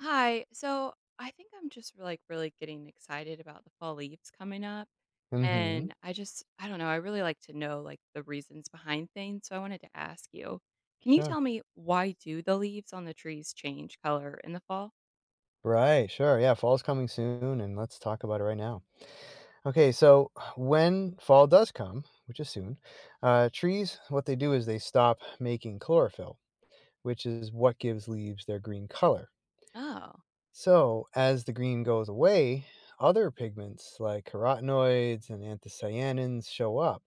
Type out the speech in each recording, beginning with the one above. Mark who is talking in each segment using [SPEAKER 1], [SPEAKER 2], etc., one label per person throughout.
[SPEAKER 1] Hi. So I think I'm just like really getting excited about the fall leaves coming up.
[SPEAKER 2] Mhm.
[SPEAKER 1] And I just, I don't know, I really like to know like the reasons behind things. So I wanted to ask you, can you
[SPEAKER 2] Sure.
[SPEAKER 1] tell me why do the leaves on the trees change color in the fall?
[SPEAKER 2] Right, sure, yeah, fall's coming soon, and let's talk about it right now. Okay, so when fall does come, which is soon, trees, what they do is they stop making chlorophyll, which is what gives leaves their green color.
[SPEAKER 1] Oh,
[SPEAKER 2] So as the green goes away, other pigments like carotenoids and anthocyanins show up,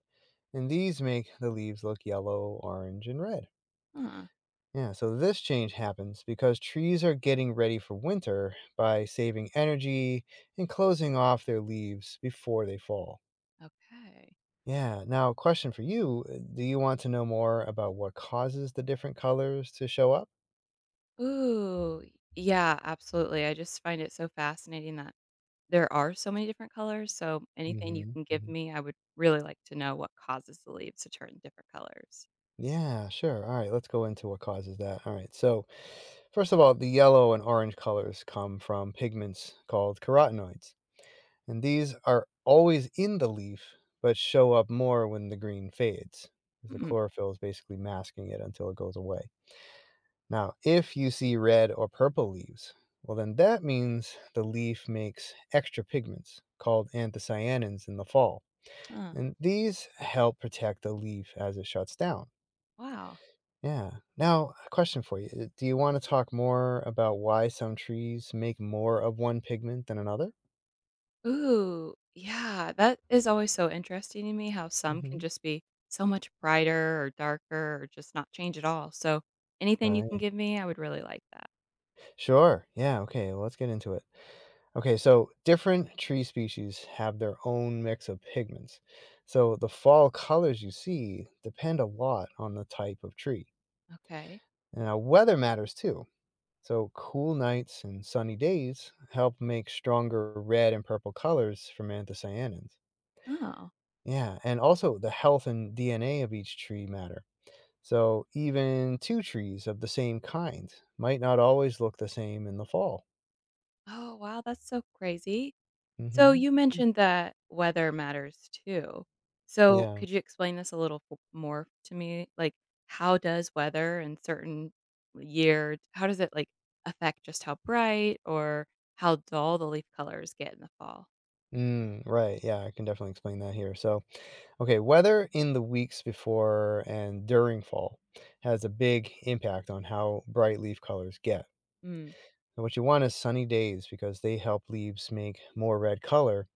[SPEAKER 2] and these make the leaves look yellow, orange, and red.
[SPEAKER 1] huh.
[SPEAKER 2] Yeah, so this change happens because trees are getting ready for winter by saving energy and closing off their leaves before they fall.
[SPEAKER 1] Okay.
[SPEAKER 2] Yeah, now, question for you. Do you want to know more about what causes the different colors to show up?
[SPEAKER 1] Ooh, yeah, absolutely. I just find it so fascinating that there are so many different colors. So anything you
[SPEAKER 2] Hmm.
[SPEAKER 1] can give me, I would really like to know what causes the leaves to turn different colors.
[SPEAKER 2] Yeah, sure. All right, let's go into what causes that. All right, so first of all, the yellow and orange colors come from pigments called carotenoids, and these are always in the leaf but show up more when the green fades, because the
[SPEAKER 1] Mm,
[SPEAKER 2] chlorophyll is basically masking it until it goes away. Now, if you see red or purple leaves, well, then that means the leaf makes extra pigments called anthocyanins in the fall.
[SPEAKER 1] huh.
[SPEAKER 2] And these help protect the leaf as it shuts down.
[SPEAKER 1] Wow.
[SPEAKER 2] Yeah. Now, a question for you. Do you want to talk more about why some trees make more of one pigment than another?
[SPEAKER 1] Ooh, yeah, that is always so interesting to me how some
[SPEAKER 2] Hmm.
[SPEAKER 1] can just be so much brighter or darker or just not change at all. So anything you can
[SPEAKER 2] Right.
[SPEAKER 1] give me, I would really like that.
[SPEAKER 2] Sure. Yeah. Okay, well, let's get into it. Okay. So, different tree species have their own mix of pigments. So, the fall colors you see depend a lot on the type of tree.
[SPEAKER 1] Okay.
[SPEAKER 2] Now, weather matters too. So, cool nights and sunny days help make stronger red and purple colors from anthocyanins.
[SPEAKER 1] Oh.
[SPEAKER 2] Yeah. And also, the health and DNA of each tree matter. So, even two trees of the same kind might not always look the same in the fall.
[SPEAKER 1] Oh, wow, that's so crazy. So
[SPEAKER 2] Hmm.
[SPEAKER 1] you mentioned that weather matters too. So
[SPEAKER 2] Yeah.
[SPEAKER 1] could you explain this a little more to me? Like how does weather in certain year, how does it like affect just how bright or how dull the leaf colors get in the fall?
[SPEAKER 2] Mm, right. Yeah, I can definitely explain that here. So, okay, weather in the weeks before and during fall has a big impact on how bright leaf colors get.
[SPEAKER 1] Hmm.
[SPEAKER 2] And what you want is sunny days because they help leaves make more red color,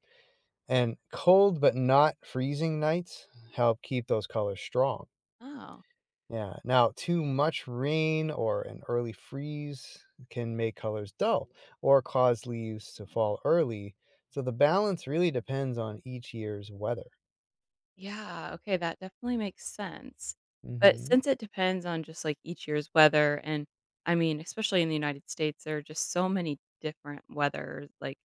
[SPEAKER 2] and cold but not freezing nights help keep those colors strong.
[SPEAKER 1] Oh,
[SPEAKER 2] Yeah. Now, too much rain or an early freeze can make colors dull or cause leaves to fall early. So, the balance really depends on each year's weather.
[SPEAKER 1] yeah, okay, that definitely makes sense. But
[SPEAKER 2] Mhm.
[SPEAKER 1] since it depends on just, like, each year's weather and, I mean, especially in the United States, there are just so many different weather, like,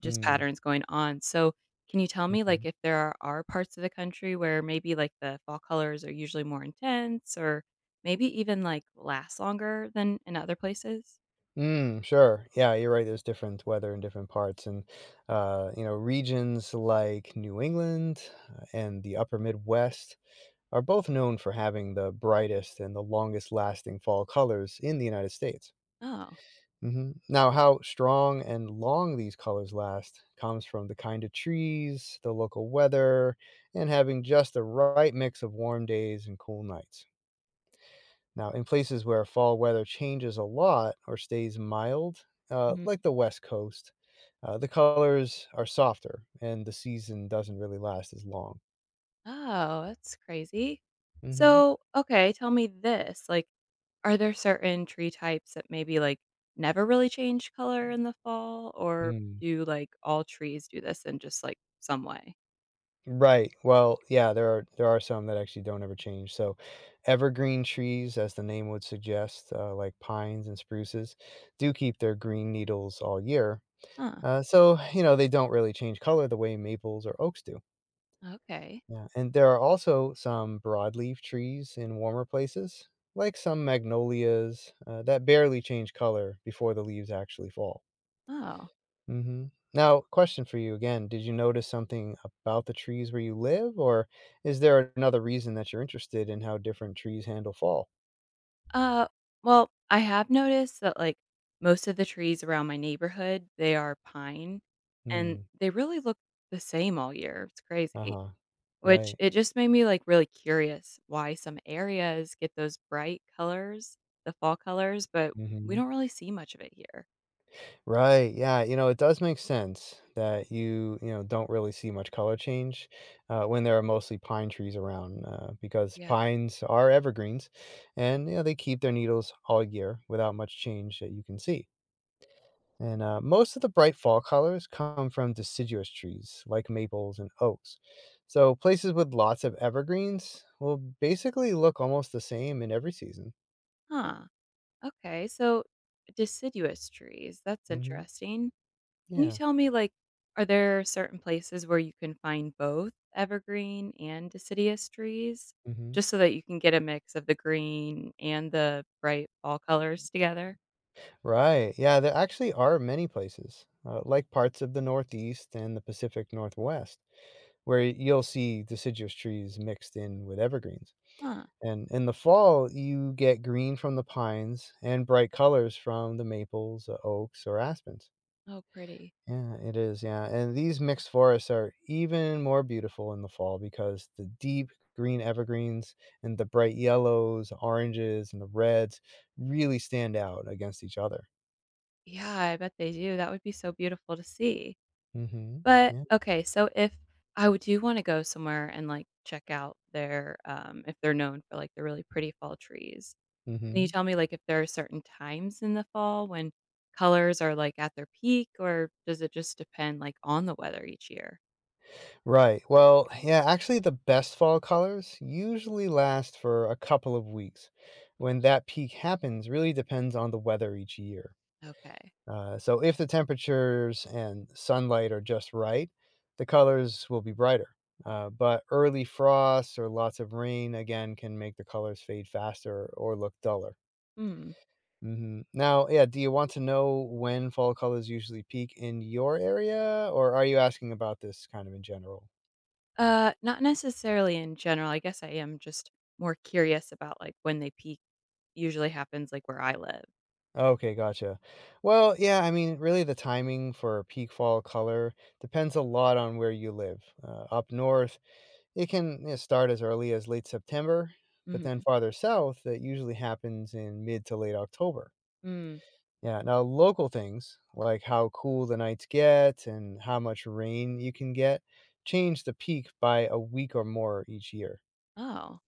[SPEAKER 1] just
[SPEAKER 2] Mm,
[SPEAKER 1] patterns going on, so can you tell me, like,
[SPEAKER 2] mhm.
[SPEAKER 1] if there are parts of the country where maybe, like, the fall colors are usually more intense or maybe even, like, last longer than in other places?
[SPEAKER 2] Mm, sure. Yeah, you're right, there's different weather in different parts, and regions like New England and the Upper Midwest are both known for having the brightest and the longest lasting fall colors in the United States.
[SPEAKER 1] Oh.
[SPEAKER 2] Mhm. Now, how strong and long these colors last comes from the kind of trees, the local weather, and having just the right mix of warm days and cool nights. Now, in places where fall weather changes a lot or stays mild, like the West Coast, the colors are softer and the season doesn't really last as long.
[SPEAKER 1] Oh, that's crazy.
[SPEAKER 2] Hmm.
[SPEAKER 1] So, okay, tell me this, like, are there certain tree types that maybe, like, never really change color in the fall, or
[SPEAKER 2] Mm.
[SPEAKER 1] do, like, all trees do this in just, like, some way?
[SPEAKER 2] Right. Well, yeah, there are some that actually don't ever change. So, evergreen trees, as the name would suggest, like pines and spruces, do keep their green needles all year.
[SPEAKER 1] Huh,
[SPEAKER 2] So you know they don't really change color the way maples or oaks do.
[SPEAKER 1] okay.
[SPEAKER 2] Yeah, and there are also some broadleaf trees in warmer places, like some magnolias that barely change color before the leaves actually fall.
[SPEAKER 1] Oh.
[SPEAKER 2] hmm Now, question for you again. Did you notice something about the trees where you live, or is there another reason that you're interested in how different trees handle fall?
[SPEAKER 1] Uh, well, I have noticed that, like, most of the trees around my neighborhood, they are pine, and
[SPEAKER 2] Mm.
[SPEAKER 1] they really look the same all year, it's
[SPEAKER 2] Uh
[SPEAKER 1] crazy.
[SPEAKER 2] huh.
[SPEAKER 1] Which
[SPEAKER 2] Right.
[SPEAKER 1] it just made me, like, really curious why some areas get those bright colors, the fall colors, but we
[SPEAKER 2] Hmm.
[SPEAKER 1] don't really see much of it here.
[SPEAKER 2] Right, yeah, you know, it does make sense that you don't really see much color change when there are mostly pine trees around because
[SPEAKER 1] Yeah.
[SPEAKER 2] pines are evergreens and, they keep their needles all year without much change that you can see. And most of the bright fall colors come from deciduous trees like maples and oaks. So places with lots of evergreens will basically look almost the same in every season.
[SPEAKER 1] Huh, okay, so deciduous trees, that's
[SPEAKER 2] Hmm.
[SPEAKER 1] interesting. Can you
[SPEAKER 2] Yeah.
[SPEAKER 1] tell me, like, are there certain places where you can find both evergreen and deciduous trees?
[SPEAKER 2] Hmm.
[SPEAKER 1] Just so that you can get a mix of the green and the bright fall colors together?
[SPEAKER 2] Right. Yeah, there actually are many places, like parts of the Northeast and the Pacific Northwest, where you'll see deciduous trees mixed in with evergreens.
[SPEAKER 1] Huh,
[SPEAKER 2] And in the fall, you get green from the pines and bright colors from the maples, oaks, or aspens.
[SPEAKER 1] oh, pretty.
[SPEAKER 2] Yeah, it is. Yeah. And these mixed forests are even more beautiful in the fall because the deep green evergreens and the bright yellows, oranges, and the reds really stand out against each other.
[SPEAKER 1] Yeah, I bet they do, that would be so beautiful to see.
[SPEAKER 2] Hmm.
[SPEAKER 1] But,
[SPEAKER 2] Yeah.
[SPEAKER 1] okay, so if I would do wanna go somewhere and, like, check out their, if they're known for, like, the really pretty fall trees, can you
[SPEAKER 2] Hmm.
[SPEAKER 1] tell me, like, if there are certain times in the fall when colors are, like, at their peak, or does it just depend, like, on the weather each year?
[SPEAKER 2] Right. Well, yeah, actually, the best fall colors usually last for a couple of weeks. When that peak happens really depends on the weather each year.
[SPEAKER 1] Okay.
[SPEAKER 2] So, if the temperatures and sunlight are just right, the colors will be brighter. But early frosts or lots of rain, again, can make the colors fade faster or look duller.
[SPEAKER 1] Hmm.
[SPEAKER 2] Now, yeah, do you want to know when fall colors usually peak in your area, or are you asking about this kind of in general?
[SPEAKER 1] Not necessarily in general, I guess I am just more curious about, like, when they peak usually happens, like, where I live.
[SPEAKER 2] Okay, gotcha. Well, yeah, I mean, really, the timing for peak fall color depends a lot on where you live. Up north, it can start as early as late September, but then
[SPEAKER 1] Mhm.
[SPEAKER 2] farther south, that usually happens in mid to late October.
[SPEAKER 1] Mm.
[SPEAKER 2] Yeah, now local things like how cool the nights get and how much rain you can get change the peak by a week or more each year.
[SPEAKER 1] Oh.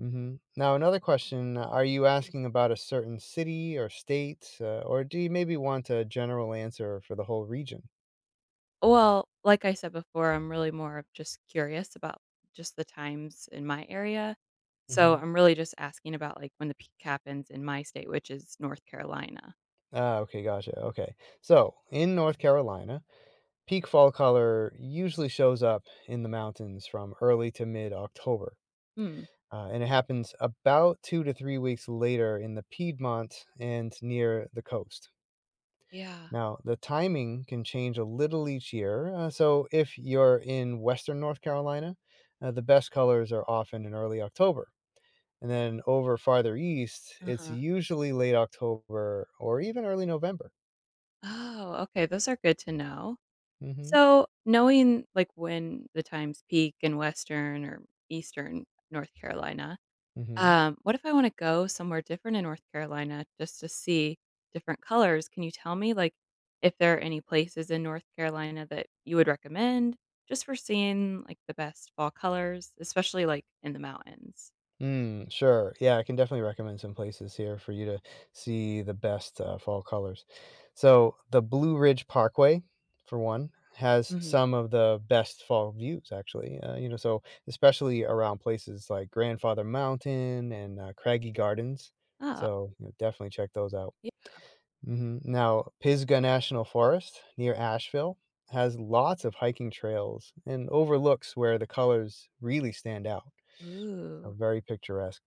[SPEAKER 2] Mhm. Now, another question, are you asking about a certain city or state, or do you maybe want a general answer for the whole region?
[SPEAKER 1] Well, like I said before, I'm really more of just curious about just the times in my area. So
[SPEAKER 2] Mhm.
[SPEAKER 1] I'm really just asking about like when the peak happens in my state, which is North Carolina.
[SPEAKER 2] Ah, okay, gotcha. Okay. So, in North Carolina, peak fall color usually shows up in the mountains from early to mid October.
[SPEAKER 1] Hmm.
[SPEAKER 2] And it happens about 2 to 3 weeks later in the Piedmont and near the coast.
[SPEAKER 1] Yeah.
[SPEAKER 2] Now, the timing can change a little each year. So, if you're in Western North Carolina, the best colors are often in early October. And then over farther east, it's
[SPEAKER 1] Uh-huh.
[SPEAKER 2] usually late October or even early November.
[SPEAKER 1] Oh, okay. Those are good to know.
[SPEAKER 2] Hmm.
[SPEAKER 1] So knowing like when the times peak in Western or Eastern North Carolina,
[SPEAKER 2] Hmm.
[SPEAKER 1] What if I wanna go somewhere different in North Carolina just to see different colors? Can you tell me, like, if there are any places in North Carolina that you would recommend just for seeing, like, the best fall colors, especially, like, in the mountains?
[SPEAKER 2] Mm, sure. Yeah, I can definitely recommend some places here for you to see the best fall colors. So, the Blue Ridge Parkway, for one, has
[SPEAKER 1] Mhm.
[SPEAKER 2] some of the best fall views, actually. So especially around places like Grandfather Mountain and Craggy Gardens.
[SPEAKER 1] Oh.
[SPEAKER 2] So, definitely check those out.
[SPEAKER 1] Ye
[SPEAKER 2] Now, Pisgah National Forest near Asheville has lots of hiking trails and overlooks where the colors really stand out. So
[SPEAKER 1] Ooh.
[SPEAKER 2] very picturesque.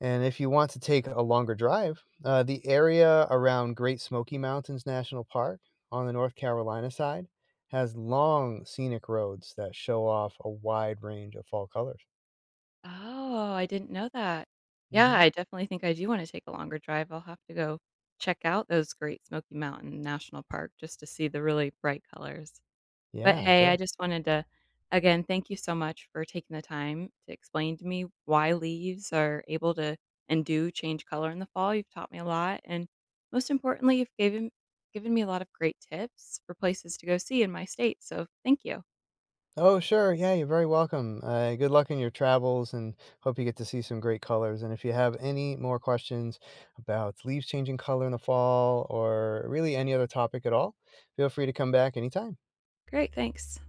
[SPEAKER 2] And if you want to take a longer drive, the area around Great Smoky Mountains National Park on the North Carolina side has long scenic roads that show off a wide range of fall colors.
[SPEAKER 1] Oh, I didn't know that. Yeah,
[SPEAKER 2] Hmm.
[SPEAKER 1] I definitely think I do wanna take a longer drive. I'll have to go check out those Great Smoky Mountain National Park just to see the really bright colors. But
[SPEAKER 2] Yeah,
[SPEAKER 1] hey,
[SPEAKER 2] sure.
[SPEAKER 1] I just wanted to, again, thank you so much for taking the time to explain to me why leaves are able to and do change color in the fall. You've taught me a lot. And most importantly, given me a lot of great tips for places to go see in my state. So thank you.
[SPEAKER 2] Oh, sure. Yeah, you're very welcome. Good luck in your travels and hope you get to see some great colors. And if you have any more questions about leaves changing color in the fall or really any other topic at all, feel free to come back anytime.
[SPEAKER 1] Great. Thanks.